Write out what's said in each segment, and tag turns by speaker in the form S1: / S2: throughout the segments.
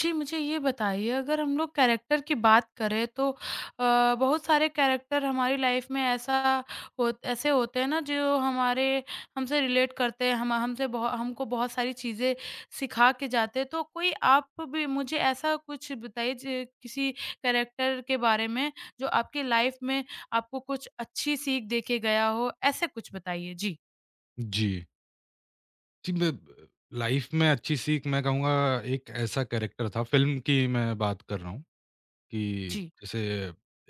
S1: जी, मुझे ये बताइए, अगर हम लोग कैरेक्टर की बात करें तो बहुत सारे कैरेक्टर हमारी लाइफ में ऐसा हो ऐसे होते हैं ना, जो हमारे हमसे रिलेट करते हैं, हम हमसे बहु हमको बहुत सारी चीज़ें सिखा के जाते हैं। तो कोई आप भी मुझे ऐसा कुछ बताइए ज किसी कैरेक्टर के बारे में जो आपकी लाइफ में आपको कुछ अच्छी सीख दे के गया हो, ऐसे कुछ बताइए? जी,
S2: जी। जी, मैं लाइफ़ में अच्छी सीख मैं कहूँगा एक ऐसा कैरेक्टर था फ़िल्म की मैं बात कर रहा हूँ कि
S1: जी।
S2: जैसे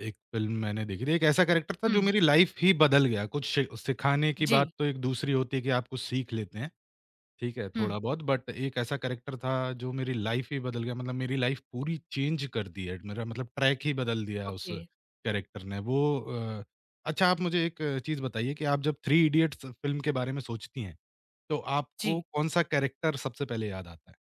S2: एक फ़िल्म मैंने देखी थी, एक ऐसा कैरेक्टर था
S1: हुँ,
S2: जो मेरी लाइफ़ ही बदल गया। कुछ शि सिखाने की बात
S1: जी,
S2: तो एक दूसरी होती है कि आप कुछ सीख लेते हैं, ठीक है,
S1: हुँ,
S2: थोड़ा-बहुत बट एक ऐसा कैरेक्टर था जो मेरी लाइफ़ ही बदल गया मतलब मेरी लाइफ़ पूरी चेंज कर दी है। मेरा मतलब ट्रैक ही बदल दिया उस
S1: ओके,
S2: कैरेक्टर ने। अच्छा आप मुझे एक चीज़ बताइए कि आप जब थ्री इडियट्स फ़िल्म के बारे में सोचती हैं, तो आपको
S1: जी।
S2: कौन-सा कैरेक्टर सबसे पहले याद आता है?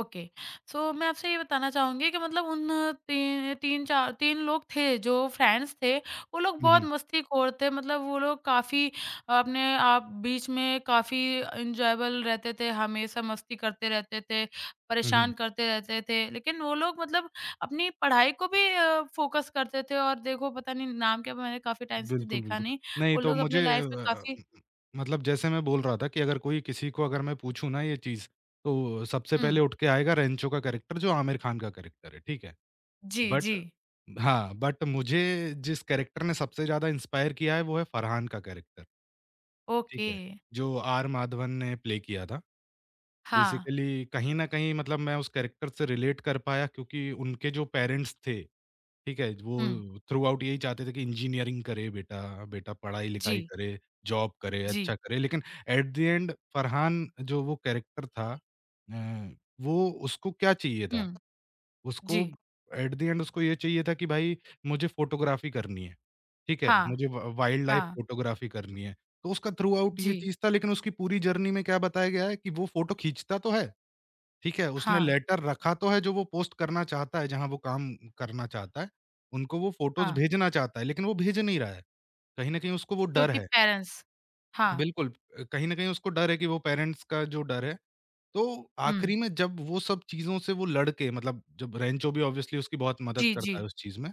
S1: ओके। सो मैं आपसे ये बताना चाहूँगी कि मतलब उन ती 3-4 3 लोग थे जो फ्रेंड्स थे, वो लोग
S2: हुँ,
S1: बहुत
S2: हुँ।
S1: मस्तीखोर थे। मतलब वो लोग काफ़ी अपने आप बीच में काफ़ी एन्जॉयबल रहते थे, हमेशा मस्ती करते रहते थे,
S2: हुँ, हुँ।
S1: परेशान करते रहते थे। लेकिन वो लोग मतलब अपनी पढ़ाई को भी फ़ोकस करते थे और देखो पता नहीं नाम क्या, मैंने काफ़ी टाइम से
S2: बिल्कुल,
S1: देखा
S2: बिल्कुल।
S1: नहीं।
S2: नहीं
S1: वो
S2: तो
S1: लोग अपनी
S2: मुझे
S1: लाइफ़ में
S2: अ,
S1: काफ़ी
S2: मतलब जैसे मैं बोल रहा था कि अगर कोई किसी को अगर मैं पूछूँ ना ये चीज़, तो सबसे पहले
S1: हुँ।
S2: उठ के आएगा रेंचो का कैरेक्टर जो आमिर खान का कैरेक्टर है, ठीक है?
S1: जी, जी।
S2: बट हाँ, बट मुझे जिस कैरेक्टर ने सबसे ज़्यादा इंस्पायर किया है वो है फरहान का कैरेक्टर। ठीक
S1: ओके।
S2: है, जो आर माधवन ने प्ले किया था।
S1: हाँ।
S2: बेसिकली कहीं न कहीं मतलब मैं उस कैरेक्टर से रिलेट कर पाया क्योंकि उनके जो पेरेंट्स थे, ठीक है?
S1: हुँ।
S2: वो थ्रूआउट यही चाहते थे कि इंजीनियरिंग करे बेटा, बेटा पढ़ाई-लिखाई
S1: जी,
S2: करे, जॉब करे,
S1: जी।
S2: अच्छा करे। लेकिन एट द एंड फरहान जो वो कैरेक्टर था अ, वो उसको क्या चाहिए था?
S1: हुँ।
S2: उसको
S1: जी,
S2: एट द एंड उसको ये चाहिए था कि भाई मुझे फ़ोटोग्राफ़ी करनी है, ठीक है?
S1: हाँ,
S2: मुझे व वाइल्ड लाइफ़
S1: हाँ,
S2: फ़ोटोग्राफ़ी करनी है। तो उसका थ्रूआउट ये
S1: जी,
S2: चीज़ था लेकिन उसकी पूरी जर्नी में क्या बताया गया है कि वो फ़ोटो खींचता तो है, ठीक है, उसने
S1: हाँ,
S2: लेटर रखा तो है जो वो पोस्ट करना चाहता है, जहाँ वो काम करना चाहता है, उनको वो फ़ोटोज़
S1: हाँ,
S2: भेजना चाहता है, लेकिन वो भेज नहीं रहा है। कहीं न कहीं उसको वो डर
S1: क्योंकि
S2: है,
S1: पेरेंट्स हाँ,
S2: बिल्कुल, कहीं न कहीं उसको डर है कि वो पेरेंट्स का जो डर है। तो
S1: हुँ,
S2: आखिरी में जब वो सब चीज़ों से वो लड़ के मतलब जब रेंचो भी ऑब्वियसली उसकी बहुत मदद
S1: जी, जी,
S2: करता है उस चीज़ में।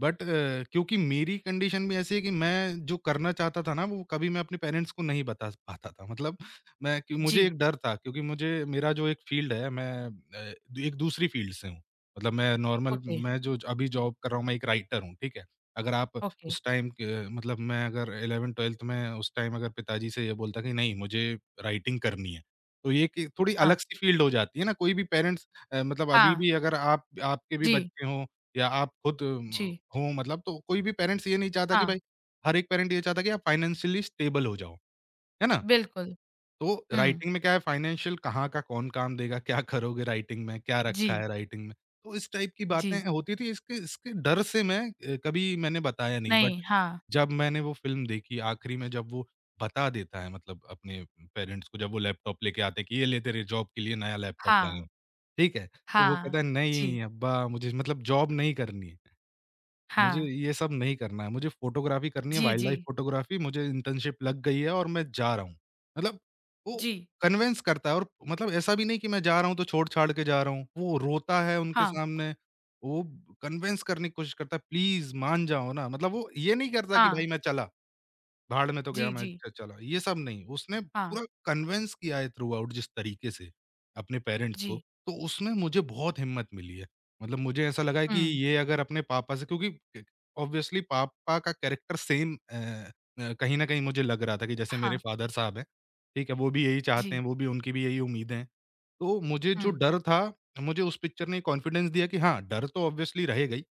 S2: बट अ, क्योंकि मेरी कंडीशन भी ऐसी है कि मैं जो करना चाहता था ना वो कभी मैं अपने पेरेंट्स को नहीं बता पाता था। मतलब मैं कि मुझे
S1: जी,
S2: एक डर था क्योंकि मुझे मेरा जो एक फ़ील्ड है एक दूसरी फ़ील्ड से हूँ। मतलब मैं नॉर्मल
S1: ओके,
S2: मैं जो अभी जॉब कर रहा हूँ मैं एक राइटर हूँ, ठीक है? अगर आप
S1: ओके,
S2: उस टाइम क मतलब मैं अगर 11th-12th में उस टाइम अगर पिताजी से ये बोलता कि नहीं मुझे राइटिंग करनी है। तो ये कि थोड़ी
S1: हाँ,
S2: अलग सी फ़ील्ड हो जाती है ना, कोई भी पेरेंट्स मतलब अभी
S1: हाँ,
S2: भी अगर आप आपके भी
S1: जी,
S2: बच्चे हों या आप खुद म
S1: जी,
S2: हों मतलब तो कोई भी पेरेंट्स ये नहीं चाहता कि
S1: हाँ,
S2: भाई हर एक पेरेंट ये चाहता है कि आप फ़ाइनेंशियली स्टेबल हो जाओ, है ना?
S1: बिल्कुल,
S2: तो
S1: हुँ,
S2: राइटिंग में क्या है, फाइनेंशियल कहाँ का कौन काम देगा, क्या करोगे राइटिंग में, क्या रखा है
S1: जी,
S2: राइटिंग में? तो इस टाइप की बातें
S1: जी,
S2: होती थी इसके इसके डर से कभी मैंने बताया नहीं बट
S1: नहीं, हाँ,
S2: जब मैंने वो फ़िल्म देखी आखिरी में जब वो बता देता है मतलब अपने पेरेंट्स को जब वो लैपटॉप लेके आते हैं कि ये ले तेरे जॉब के लिए नया लैपटॉप लाए
S1: हाँ,
S2: हैं, ठीक है? तो वो
S1: हाँ,
S2: कहता है
S1: जी,
S2: नहीं अब्बा मुझे मतलब जॉब नहीं करनी है। मुझे
S1: हाँ,
S2: ये सब नहीं करना है, मुझे फ़ोटोग्राफ़ी करनी है,
S1: जी,
S2: वाइल्ड
S1: जी,
S2: लाइफ़ फ़ोटोग्राफ़ी, मुझे इंटर्नशिप लग गई है और मैं जा रहा हूँ। मतलब वो
S1: जी,
S2: कन्विन्स करता है और मतलब ऐसा भी नहीं कि मैं जा रहा हूँ, तो छोड़-छाड़ के जा रहा हूँ। वो रोता है उनके
S1: हाँ,
S2: सामने, वो कन्विन्स करने की कोशिश करता है, "प्लीज़ मान जाओ ना।" मतलब वो ये नहीं करता कि
S1: हाँ,
S2: भाई मैं चला। भाड़ में तो गया
S1: जी,
S2: मैं
S1: जी,
S2: च चला, ये सब नहीं, उसने
S1: हाँ,
S2: पूरा कन्विन्स किया है थ्रू आउट जिस तरीके से, अपने पेरेंट्स को,
S1: जी,
S2: तो उसमें मुझे बहुत हिम्मत मिली है। मतलब मुझे ऐसा लगा है कि
S1: हुँ,
S2: ये अगर अपने पापा से क्योंकि क ऑब्वियसली पापा का कैरेक्टर सेम कहीं न कहीं मुझे लग रहा था कि जैसे मेरे
S1: हाँ,
S2: फादर साहब हैं, ठीक है? वो भी यही चाहते हैं,
S1: जी,
S2: वो भी उनकी भी यही उम्मीदें हैं। तो मुझे जो
S1: हुँ,
S2: डर था, मुझे उस पिक्चर ने कॉन्फिडेंस दिया कि हाँ, डर तो ऑब्वियसली रहेगा ही।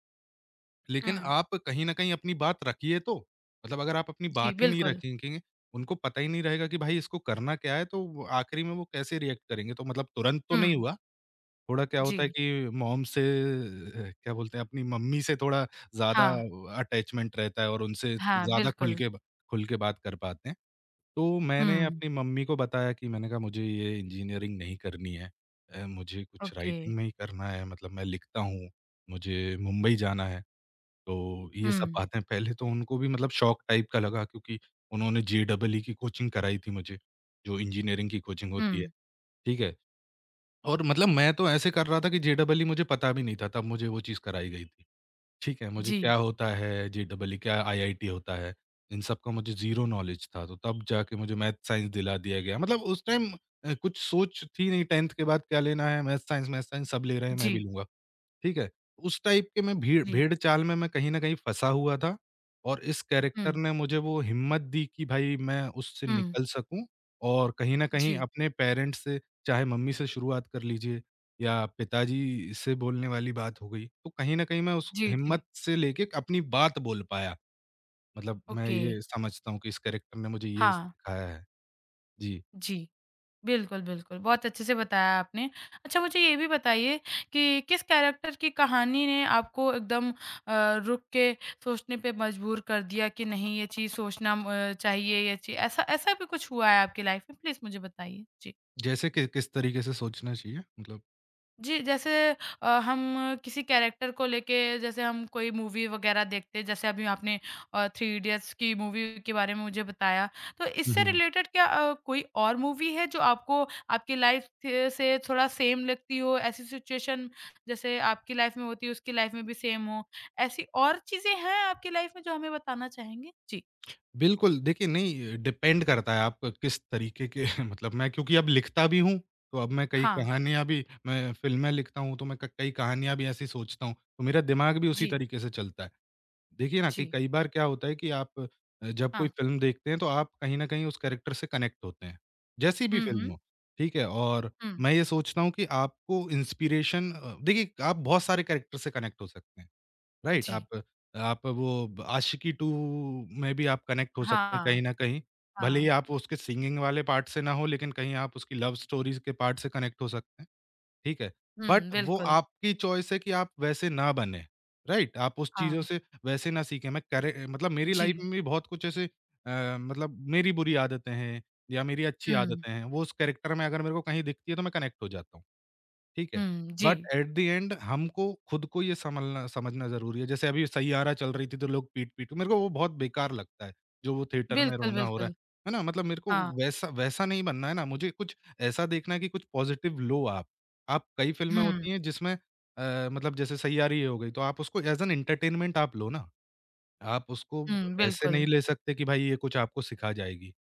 S2: लेकिन
S1: हुँ,
S2: आप कहीं न कहीं अपनी बात रखिए तो। मतलब अगर आप अपनी
S1: जी,
S2: बात ही नहीं
S1: बिल्कुल,
S2: रखेंगे, उनको पता ही नहीं रहेगा कि भाई इसको करना क्या है, तो वो आखिरी में वो कैसे रिएक्ट करेंगे। तो मतलब तुरंत तो नहीं
S1: हुँ,
S2: हुआ, थोड़ा क्या होता है
S1: जी,
S2: कि क्या बोलते हैं अपनी मम्मी से थोड़ा ज़्यादा
S1: हाँ,
S2: अटैचमेंट रहता है और उनसे
S1: हाँ,
S2: ज़्यादा खुल
S1: बिल्कुल,
S2: के ब खुल के बात कर पाते हैं। तो मैंने
S1: हुँ,
S2: अपनी मम्मी को बताया कि मैंने कहा मुझे ये इंजीनियरिंग नहीं करनी है। मुझे कुछ
S1: ओके।
S2: राइटिंग में ही करना है मतलब मैं लिखता हूँ, मुझे मुंबई जाना है। तो ये सब
S1: हुँ,
S2: बातें पहले तो उनको भी मतलब शॉक टाइप का लगा क्योंकि उन्होंने जेईई की कोचिंग कराई थी मुझे, जो इंजीनियरिंग की कोचिंग
S1: हुँ,
S2: होती है, ठीक है? और मतलब मैं तो ऐसे कर रहा था कि जेईई मुझे पता भी नहीं था, तब मुझे वो चीज़ कराई गई थी, ठीक है? मुझे क्या
S1: जी,
S2: होता है जेईई, क्या आईआईटी होता है, इन सब का मुझे ज़ीरो नॉलेज था, तो तब जाके मुझे मैथ साइंस दिला दिया गया। मतलब कुछ सोच थी नहीं 10th के बाद क्या लेना है, मैथ साइंस सब ले रहे हैं, मैं भी
S1: जी,
S2: लूँगा। ठीक है? उस टाइप के मैं भीड़
S1: जी,
S2: भेड़-चाल में मैं कहीं न कहीं फँसा हुआ था और इस कैरेक्टर
S1: हुँ,
S2: ने मुझे वो हिम्मत दी कि भाई मैं उससे
S1: हुँ,
S2: निकल सकूँ और कहीं न कहीं
S1: जी,
S2: अपने पेरेंट्स से चाहे मम्मी से शुरुआत कर लीजिए या पिताजी से बोलने वाली बात हो गई, तो कहीं न कहीं मैं उस
S1: जी,
S2: हिम्मत
S1: जी,
S2: से लेके अपनी बात बोल पाया। मतलब मैं
S1: ओके,
S2: ये समझता हूँ कि इस कैरेक्टर ने मुझे ये
S1: हाँ,
S2: सिखाया है। जी,
S1: जी, बिल्कुल, बिल्कुल, बहुत अच्छे से बताया आपने। अच्छा, मुझे ये भी बताइए कि किस कैरेक्टर की कहानी ने आपको एकदम रुक के सोचने पे मजबूर कर दिया कि नहीं, ये चीज़ सोचना म चाहिए, ये चीज़ ऐसा ऐसा भी कुछ हुआ है आपकी लाइफ में? प्लीज़ मुझे बताइए? जी।
S2: जैसे कि किस तरीके से सोचना चाहिए
S1: जी, जैसे हम किसी कैरेक्टर को लेके, जैसे हम कोई मूवी वग़ैरह देखते हैं, जैसे अभी आपने थ्री इडियट्स की मूवी के बारे में मुझे बताया, तो इससे
S2: मतलब
S1: रिलेटेड क्या कोई और मूवी है जो आपको आपकी लाइफ़ थ से थोड़ा सेम लगती हो? ऐसी सिचुएशन जैसे आपकी लाइफ़ में होती है, उसकी लाइफ़ में भी सेम हो, ऐसी और चीज़ें हैं आपकी लाइफ़ में जो हमें बताना चाहेंगे? जी।
S2: बिल्कुल, देखिए नहीं डिपेंड करता है आप किस तरीके के मतलब मैं क्योंकि अब लिखता भी हूँ, तो अब मैं कई
S1: हाँ।
S2: कहानियाँ भी मैं फ़िल्में लिखता हूँ, तो मैं क कई कहानियाँ भी ऐसी सोचता हूँ, तो मेरा दिमाग भी उसी
S1: जी,
S2: तरीके से चलता है। देखिए ना कि
S1: जी।
S2: कई बार क्या होता है कि जब कोई
S1: हाँ।
S2: फ़िल्म देखते हैं, तो आप कहीं न कहीं उस कैरेक्टर से कनेक्ट होते हैं, जैसी भी
S1: हुँ,
S2: फ़िल्म
S1: हुँ।
S2: हो, ठीक है? और
S1: हुँ।
S2: मैं ये सोचता हूँ कि आपको देखिए आप बहुत सारे कैरेक्टर से कनेक्ट हो सकते हैं। राइट?
S1: जी।
S2: आप वो ब आशिकी 2 में भी आप कनेक्ट हो सकते हैं कहीं
S1: हाँ,
S2: न कहीं। भले ही
S1: हाँ।
S2: आप उसके सिंगिंग वाले पार्ट से ना हो लेकिन कहीं आप उसकी लव स्टोरीज़ के पार्ट से कनेक्ट हो सकते हैं, ठीक है? बट
S1: हुँ,
S2: वो
S1: बिल्कुल।
S2: आपकी चॉइस है कि आप वैसे ना बने, राइट? आप उस चीज़ों
S1: हाँ।
S2: से वैसे ना सीखें। मैं करे मतलब मेरी
S1: जी।
S2: लाइफ़ में भी बहुत कुछ मतलब मेरी बुरी आदतें हैं या मेरी अच्छी
S1: हुँ,
S2: आदतें हैं, वो उस कैरेक्टर में अगर मेरे को कहीं दिखती है तो मैं कनेक्ट हो जाता हूँ। ठीक है?
S1: हुँ, जी।
S2: बट एट द एंड हमको खुद को ये संभलना समझना ज़रूरी है। जैसे अभी सैयारा चल रही थी तो लोग पीट-पीट मेरे को वो बहुत बेकार लगता है, जो वो थिएटर में
S1: बिल्कुल,
S2: रोना हो रहा है।
S1: बिल्कुल।
S2: है ना? मतलब मेरे को
S1: हाँ,
S2: वैसा वैसा नहीं बनना है ना, मुझे कुछ ऐसा देखना है कि कुछ पॉज़िटिव लो आप। आप कई फ़िल्में
S1: हुँ,
S2: होती हैं मतलब जैसे सैयारी हो गई, तो आप उसको एज़ एन एंटरटेनमेंट आप लो ना। आप उसको
S1: हुँ,
S2: ऐसे
S1: बिल्कुल।
S2: नहीं ले सकते कि भाई ये कुछ आपको सिखा जाएगी।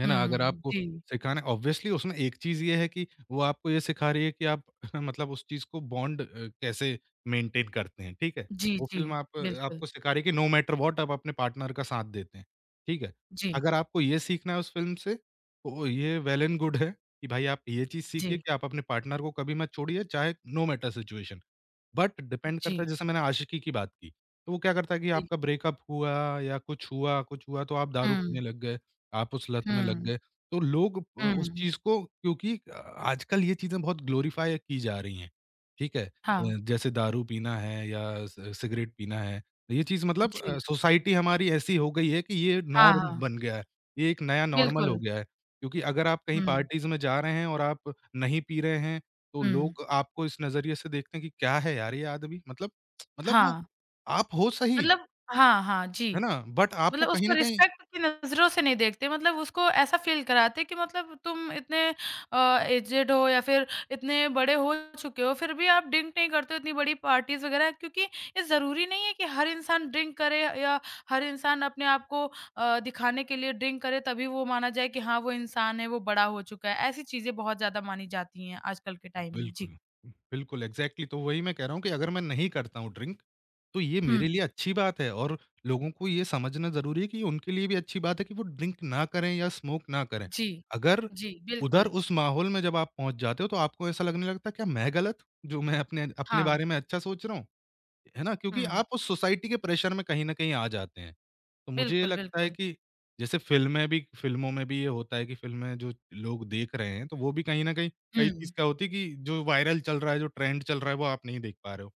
S2: है ना? अगर
S1: हुँ,
S2: आपको
S1: जी।
S2: सिखाना ऑब्वियसली उसमें एक चीज़ ये है कि वो आपको ये सिखा रही है कि आप मतलब उस चीज़ को बॉन्ड कैसे मेंटेन करते हैं, ठीक है?
S1: जी,
S2: वो
S1: जी,
S2: फ़िल्म आप
S1: बिल्कुल।
S2: आपको सिखा रही है कि नो मैटर व्हाट आप अपने पार्टनर का साथ देते हैं, ठीक है?
S1: जी,
S2: अगर आपको ये सीखना है उस फ़िल्म से, तो ये वेल एंड गुड है कि भाई आप ये चीज़ सीखिए
S1: जी,
S2: कि आप अपने पार्टनर को कभी मत छोड़िए चाहे no matter situation. But depend करता है
S1: जी,
S2: जैसे मैंने आशिकी की बात की, तो वो क्या करता है कि
S1: जी।
S2: आपका ब्रेकअप हुआ या कुछ हुआ तो आप दारू पीने
S1: हुँ,
S2: लग गए। आप उस लत में लग
S1: हुँ,
S2: गए। तो उस
S1: हुँ,
S2: चीज़ को आजकल ये चीज़ें बहुत ग्लोरीफाई की जा रही हैं, ठीक है?
S1: हाँ,
S2: जैसे दारू पीना है या सि सिगरेट पीना है। तो ये चीज़ मतलब
S1: जी।
S2: सोसाइटी हमारी ऐसी हो गई है कि ये
S1: हाँ,
S2: नॉर्म
S1: हाँ,
S2: बन गया है। ये एक नया नॉर्मल हो
S1: बिल्कुल।
S2: गया है। क्योंकि अगर आप कहीं
S1: हुँ,
S2: पार्टीज़ में जा रहे हैं और आप नहीं पी रहे हैं, तो
S1: हुँ,
S2: लोग आपको इस नज़रिए से देखते हैं कि क्या है यार ये आदमी? मतलब वो
S1: हाँ,
S2: आप हो सही,
S1: मतलब हाँ, हाँ,
S2: है
S1: जी।
S2: ना? बट आपको
S1: मतलब
S2: कहीं
S1: उसको
S2: न कहीं
S1: रिस्पेक्ट की नज़रों से नहीं देखते, मतलब उसको ऐसा फ़ील कराते कि मतलब तुम इतने एज्ड हो या फिर इतने बड़े हो चुके हो, फिर भी आप ड्रिंक नहीं करते हो इतनी बड़ी पार्टीज़ वग़ैरह, क्योंकि ये ज़रूरी नहीं है कि हर इंसान ड्रिंक करे या हर इंसान अपने आप को दिखाने के लिए ड्रिंक करे, तभी वो माना जाए कि हाँ, वो इंसान है, वो बड़ा हो चुका है। ऐसी चीज़ें बहुत ज़्यादा मानी जाती हैं आजकल के टाइम में। जी।
S2: बिल्कुल, बिल्कुल एग्ज़ैक्टली तो वही मैं कह रहा हूँ कि अगर मैं नहीं करता हूँ ड्रिंक, तो ये
S1: हुँ।
S2: मेरे लिए अच्छी बात है और लोगों को ये समझना ज़रूरी है कि उनके लिए भी अच्छी बात है कि वो ड्रिंक ना करें या स्मोक ना करें।
S1: जी।
S2: अगर
S1: जी,
S2: उधर
S1: बिल्कुल।
S2: उस माहौल में जब आप पहुँच जाते हो तो आपको ऐसा लगने लगता है क्या मैं गलत हूँ, जो मैं अपने अपने
S1: हाँ।
S2: बारे में अच्छा सोच रहा हूँ? है ना? क्योंकि
S1: हुँ।
S2: आप उस सोसाइटी के प्रेशर में कहीं न कहीं आ जाते हैं। तो मुझे ये
S1: बिल्कुल,
S2: लगता है
S1: बिल्कुल।
S2: कि जैसे फ़िल्में भी फ़िल्मों में भी ये होता है कि फ़िल्में जो लोग देख रहे हैं, तो वो भी कहीं न कहीं कई चीज़
S1: हुँ।
S2: क्या होती है कि जो वायरल चल रहा है, जो ट्रेंड चल रहा है, वो आप नहीं देख पा रहे हो,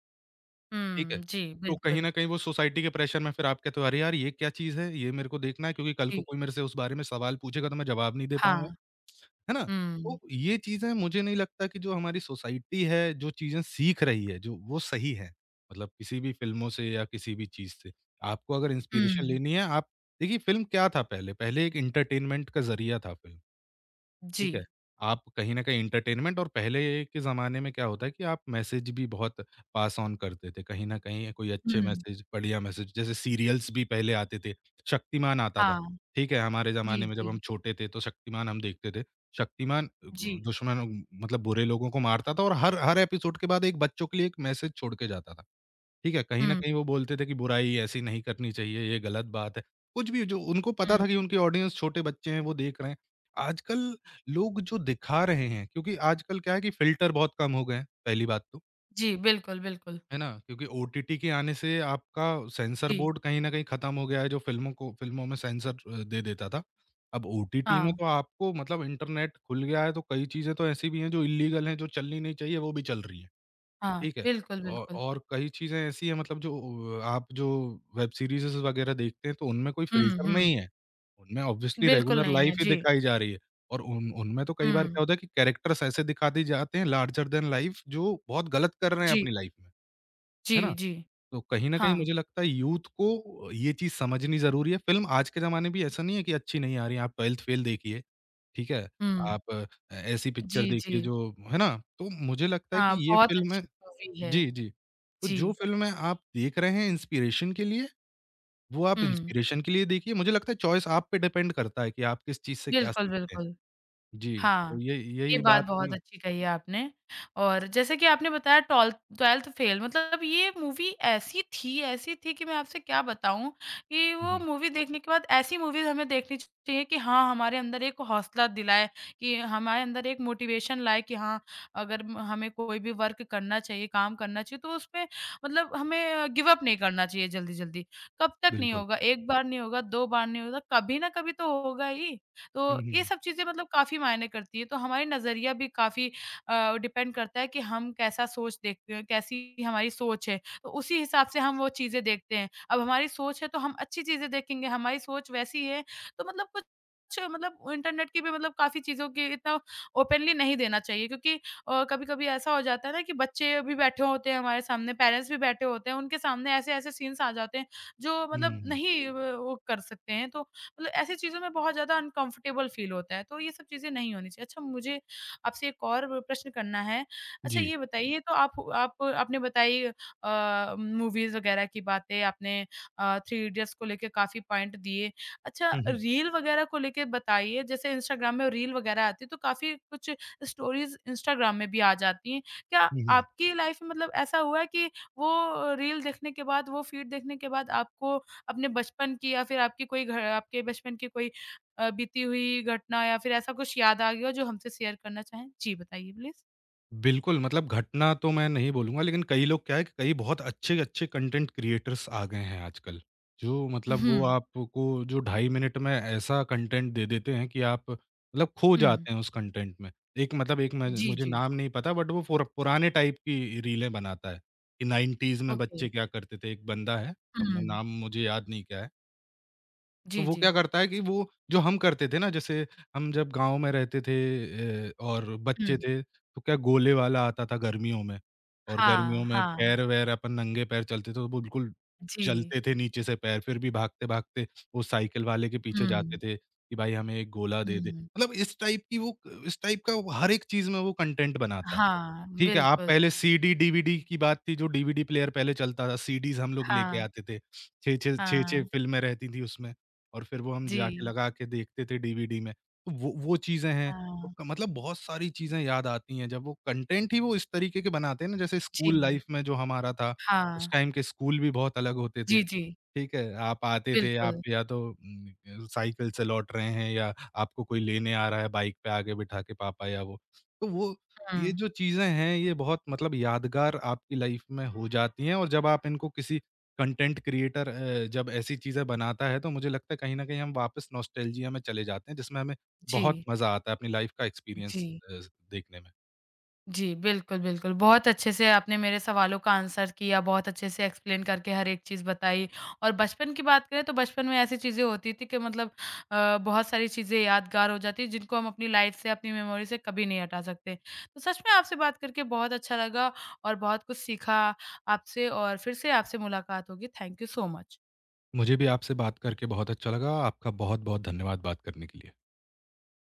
S2: ठीक है?
S1: हुँ, जी,
S2: तो कहीं
S1: बिल्कुल।
S2: न कहीं वो सोसाइटी के प्रेशर में फिर आप कहते हो, "अरे यार! ये क्या चीज़ है? ये मेरे को देखना है क्योंकि कल को
S1: जी,
S2: कोई मेरे से उस बारे में सवाल पूछेगा तो मैं जवाब नहीं दे पाऊँगा।"
S1: हाँ।
S2: है ना?
S1: हुँ,
S2: तो ये चीज़ें मुझे नहीं लगता कि जो हमारी सोसाइटी है, जो चीज़ें सीख रही है, जो वो सही है। मतलब किसी भी फ़िल्मों से या किसी भी चीज़ से। आपको अगर इंस्पिरेशन
S1: हुँ,
S2: लेनी है आप देखिए फ़िल्म क्या था पहले? पहले एक एंटरटेनमेंट का ज़रिया था फ़िल्म।
S1: जी,
S2: ठीक है? आप कहीं न कहीं एंटरटेनमेंट और पहले के ज़माने में क्या होता है कि आप मैसेज भी बहुत पास ऑन करते थे। कहीं न कहीं कोई अच्छे
S1: हुँ,
S2: मैसेज, बढ़िया मैसेज जैसे सीरियल्स भी पहले आते थे। शक्तिमान आता था,
S1: हाँ,
S2: ठीक है? हमारे ज़माने
S1: जी,
S2: में जब
S1: जी,
S2: हम छोटे थे तो शक्तिमान हम देखते थे। शक्तिमान
S1: जी,
S2: दुश्मन मतलब बुरे लोगों को मारता था और हर हर एपिसोड के बाद एक बच्चों के लिए एक मैसेज छोड़ के जाता था। ठीक है, कहीं न
S1: हुँ,
S2: कहीं वो बोलते थे कि बुराई ऐसी नहीं करनी चाहिए, ये गलत बात है। कुछ भी जो उनको पता
S1: हुँ,
S2: था कि उनकी ऑडियंस छोटे बच्चे हैं, वो देख रहे हैं। आजकल लोग जो दिखा रहे हैं क्योंकि आजकल क्या है कि फ़िल्टर बहुत कम हो गए हैं, पहली बात तो,
S1: जी, बिल्कुल, बिल्कुल,
S2: है ना? क्योंकि ओटीटी के आने से आपका सेंसर
S1: जी,
S2: बोर्ड कहीं न कहीं खत्म हो गया है, जो फ़िल्मों को फ़िल्मों में सेंसर दे देता था। अब ओटीटी
S1: हाँ,
S2: में तो आपको मतलब इंटरनेट खुल गया है, तो कई चीज़ें तो ऐसी भी हैं जो इल्लीगल हैं, जो चलनी नहीं चाहिए, वो भी चल रही हैं।
S1: हाँ,
S2: ठीक है।
S1: बिल्कुल,
S2: औ
S1: बिल्कुल,
S2: और कई चीज़ें ऐसी हैं मतलब जो आप जो वेब सीरीज़ेज़ वग़ैरह देखते हैं तो उनमें कोई
S1: हुँ,
S2: फ़िल्टर
S1: हुँ,
S2: नहीं है। उनमें ऑब्वियसली
S1: बिल्कुल
S2: रेगुलर
S1: नहीं है,
S2: लाइफ़ ही
S1: जी,
S2: दिखाई जा रही है और उन उनमें तो कई बार
S1: हुँ,
S2: क्या होता है कि कैरेक्टर्स ऐसे दिखा दिए जाते हैं लार्जर दैन लाइफ़ जो बहुत गलत कर रहे हैं
S1: जी,
S2: अपनी लाइफ़ में, है ना?
S1: जी, जी,
S2: तो कहीं न कहीं
S1: हाँ,
S2: मुझे लगता है यूथ को ये चीज़ समझनी ज़रूरी है। फ़िल्म आज के ज़माने में भी ऐसा नहीं है कि अच्छी नहीं आ रही है, आप ट्वेल्थ फ़ेल देखिए, ठीक है?
S1: हुँ,
S2: आप ऐसी पिक्चर
S1: जी, जी,
S2: देखिए जो है ना? तो मुझे लगता है कि
S1: हाँ,
S2: ये
S1: बहुत
S2: फ़िल्में
S1: अच्छी मूवी
S2: जी,
S1: है,
S2: जी। तो जो
S1: जी,
S2: फ़िल्में आप देख रहे हैं इंस्पिरेशन के लिए, वो आप
S1: हुँ,
S2: इंस्पिरेशन के लिए देखिए, मुझे लगता है चॉइस आप पे डिपेंड करता है कि आप किस चीज़ से क्या
S1: बिल्कुल,
S2: सीखते हैं।
S1: बिल्कुल।
S2: जी,
S1: हाँ,
S2: तो ये
S1: ये
S2: यही
S1: बात
S2: बात
S1: बहुत
S2: थी।
S1: अच्छी कही है आपने, और जैसे कि आपने बताया टॉल 12th फेल, मतलब ये मूवी ऐसी थी कि मैं आपसे क्या बताऊँ कि
S2: हुँ,
S1: वो
S2: हुँ,
S1: मूवी देखने के बाद ऐसी मूवीज़ हमें देखनी चाहिए कि हाँ, हमारे अंदर एक हौसला दिलाए, कि हमारे अंदर एक मोटिवेशन लाए कि हाँ, अगर म हमें कोई भी वर्क करना चाहिए, काम करना चाहिए, तो उसपे मतलब हमें गिव अप नहीं करना चाहिए जल्दी-जल्दी। कब तक नहीं
S2: बिल्कुल।
S1: होगा, 1 बार नहीं होगा, 2 बार नहीं होगा, कभी ना कभी तो होगा ही। तो
S2: हुँ, हुँ,
S1: ये
S2: हुँ।
S1: सब चीज़ें मतलब काफ़ी मायने करती है, तो हमारी नज़रिया भी काफ़ी डिपेंड करता है कि हम कैसा सोच देखते हैं, कैसी हमारी सोच है, तो उसी हिसाब से हम वो चीज़ें देखते हैं। अब हमारी सोच है तो हम अच्छी चीज़ें देखेंगे, हमारी सोच वैसी है तो मतलब कुछ कुछ मतलब इंटरनेट की भी मतलब काफ़ी चीज़ों की इतना ओपनली नहीं देना चाहिए, क्योंकि कभी-कभी ऐसा हो जाता है ना कि बच्चे भी बैठे होते हैं हमारे सामने, पेरेंट्स भी बैठे होते हैं, उनके सामने ऐसे-ऐसे सीन्स आ जाते हैं जो
S2: हुँ,
S1: मतलब
S2: हुँ, हुँ।
S1: नहीं व वो कर सकते हैं, तो मतलब ऐसी चीज़ों में बहुत ज़्यादा अनकंफर्टेबल फ़ील होता है, तो ये सब चीज़ें नहीं होनी चाहिए। अच्छा, मुझे आपसे एक और प्रश्न करना है। अच्छा,
S2: जी।
S1: ये बताइए, तो आप आपने बताई मूवीज़ वग़ैरह की बातें, आपने थ्री इडियट्स को लेके काफ़ी पॉइंट दिए। अच्छा,
S2: हुँ, हुँ।
S1: रील वग़ैरह को लेके बताइए, जैसे इंस्टाग्राम में रील वग़ैरह आती है तो काफ़ी कुछ स्टोरीज़ इंस्टाग्राम में भी आ जाती हैं। क्या
S2: हुँ, हुँ।
S1: आपकी लाइफ़ में मतलब ऐसा हुआ है कि वो रील देखने के बाद, वो फ़ीड देखने के बाद आपको अपने बचपन की या फिर आपकी कोई घ आपके बचपन की कोई बीती हुई घटना या फिर ऐसा कुछ याद आ गया हो जो हमसे शेयर करना चाहें? जी, बताइए प्लीज़।
S2: बिल्कुल, मतलब घटना तो मैं नहीं बोलूँगा, लेकिन कई लोग क्या है कि कई बहुत अच्छे-अच्छे कंटेंट क्रिएटर्स आ गए हैं आजकल। जो मतलब
S1: हुँ,
S2: वो आपको जो 2.5 मिनट में ऐसा कंटेंट दे देते हैं कि आप मतलब खो
S1: हुँ।
S2: जाते हैं उस कंटेंट में। एक मतलब एक मैं
S1: जी,
S2: मुझे
S1: जी।
S2: नाम नहीं पता बट वो पुराने टाइप की रीलें बनाता है, कि 90s में
S1: ओके।
S2: बच्चे क्या करते थे। एक बंदा है, अब वो
S1: हुँ।
S2: नाम मुझे याद नहीं क्या है। तो
S1: जी,
S2: वो क्या
S1: जी।
S2: करता है कि वो जो हम करते थे ना, जैसे हम जब गाँव में रहते थे और बच्चे
S1: हुँ।
S2: थे, तो क्या गोले वाला आता था गर्मियों में और
S1: हाँ,
S2: गर्मियों में
S1: हाँ।
S2: पैर-वैर अपन नंगे पैर चलते थे, तो वो बिल्कुल
S1: जी।
S2: जलते थे नीचे से पैर, फिर भी भागते-भागते वो साइकिल वाले के पीछे जाते
S1: हुँ,
S2: थे कि भाई हमें एक गोला दे दे।
S1: हुँ।
S2: मतलब इस टाइप की वो इस टाइप का वो हर एक चीज़ में वो कंटेंट बनाता है।
S1: हाँ,
S2: ठीक है, आप
S1: बिल्कुल।
S2: पहले सीडी, डीवीडी की बात थी जो डीवीडी प्लेयर पहले चलता था, सीडीज़ हम लोग लेके
S1: हाँ,
S2: आते थे। 6-6 6-6
S1: हाँ।
S2: फ़िल्में रहती थी उसमें और फिर वो हम जाके
S1: जी।
S2: लगा के देखते थे डीवीडी में। तो वो चीज़ें हैं, तो
S1: हाँ,
S2: क मतलब बहुत सारी चीज़ें याद आती हैं जब वो कंटेंट ही वो इस तरीके के बनाते हैं ना जैसे स्कूल
S1: जी।
S2: लाइफ़ में जो हमारा था, उस
S1: हाँ।
S2: टाइम के स्कूल भी बहुत अलग होते थे।
S1: जी, जी।
S2: ठीक है, आप आते थे,
S1: बिल्कुल।
S2: आप या तो साइकिल से लौट रहे हैं या आपको कोई लेने आ रहा है बाइक पे आगे बिठा के पापा या वो। तो वो ये
S1: हुँ।
S2: जो चीज़ें हैं, ये बहुत मतलब यादगार आपकी लाइफ़ में हो जाती हैं और जब आप इनको किसी कंटेंट क्रिएटर जब ऐसी चीज़ें बनाता है, तो मुझे लगता है कहीं न कहीं हम वापस नॉस्टैल्जिया में चले जाते हैं, जिसमें हमें बहुत
S1: जी,
S2: मज़ा आता है अपनी लाइफ़ का
S1: जी।
S2: एक्सपीरियंस देखने में।
S1: जी, बिल्कुल, बिल्कुल। बहुत अच्छे से आपने मेरे सवालों का आंसर किया, बहुत अच्छे से एक्सप्लेन करके हर एक चीज़ बताई, और बचपन की बात करें तो बचपन में ऐसी चीज़ें होती थी कि मतलब बहुत सारी चीज़ें यादगार हो जाती हैं जिनको हम अपनी लाइफ़ से, अपनी मेमोरी से कभी नहीं हटा सकते। तो सच में आपसे बात करके बहुत अच्छा लगा और बहुत कुछ सीखा आपसे, और फिर से आपसे मुलाकात होगी। Thank you so much.
S2: मुझे भी आपसे बात करके बहुत अच्छा लगा। आपका बहुत-बहुत धन्यवाद बात करने के लिए।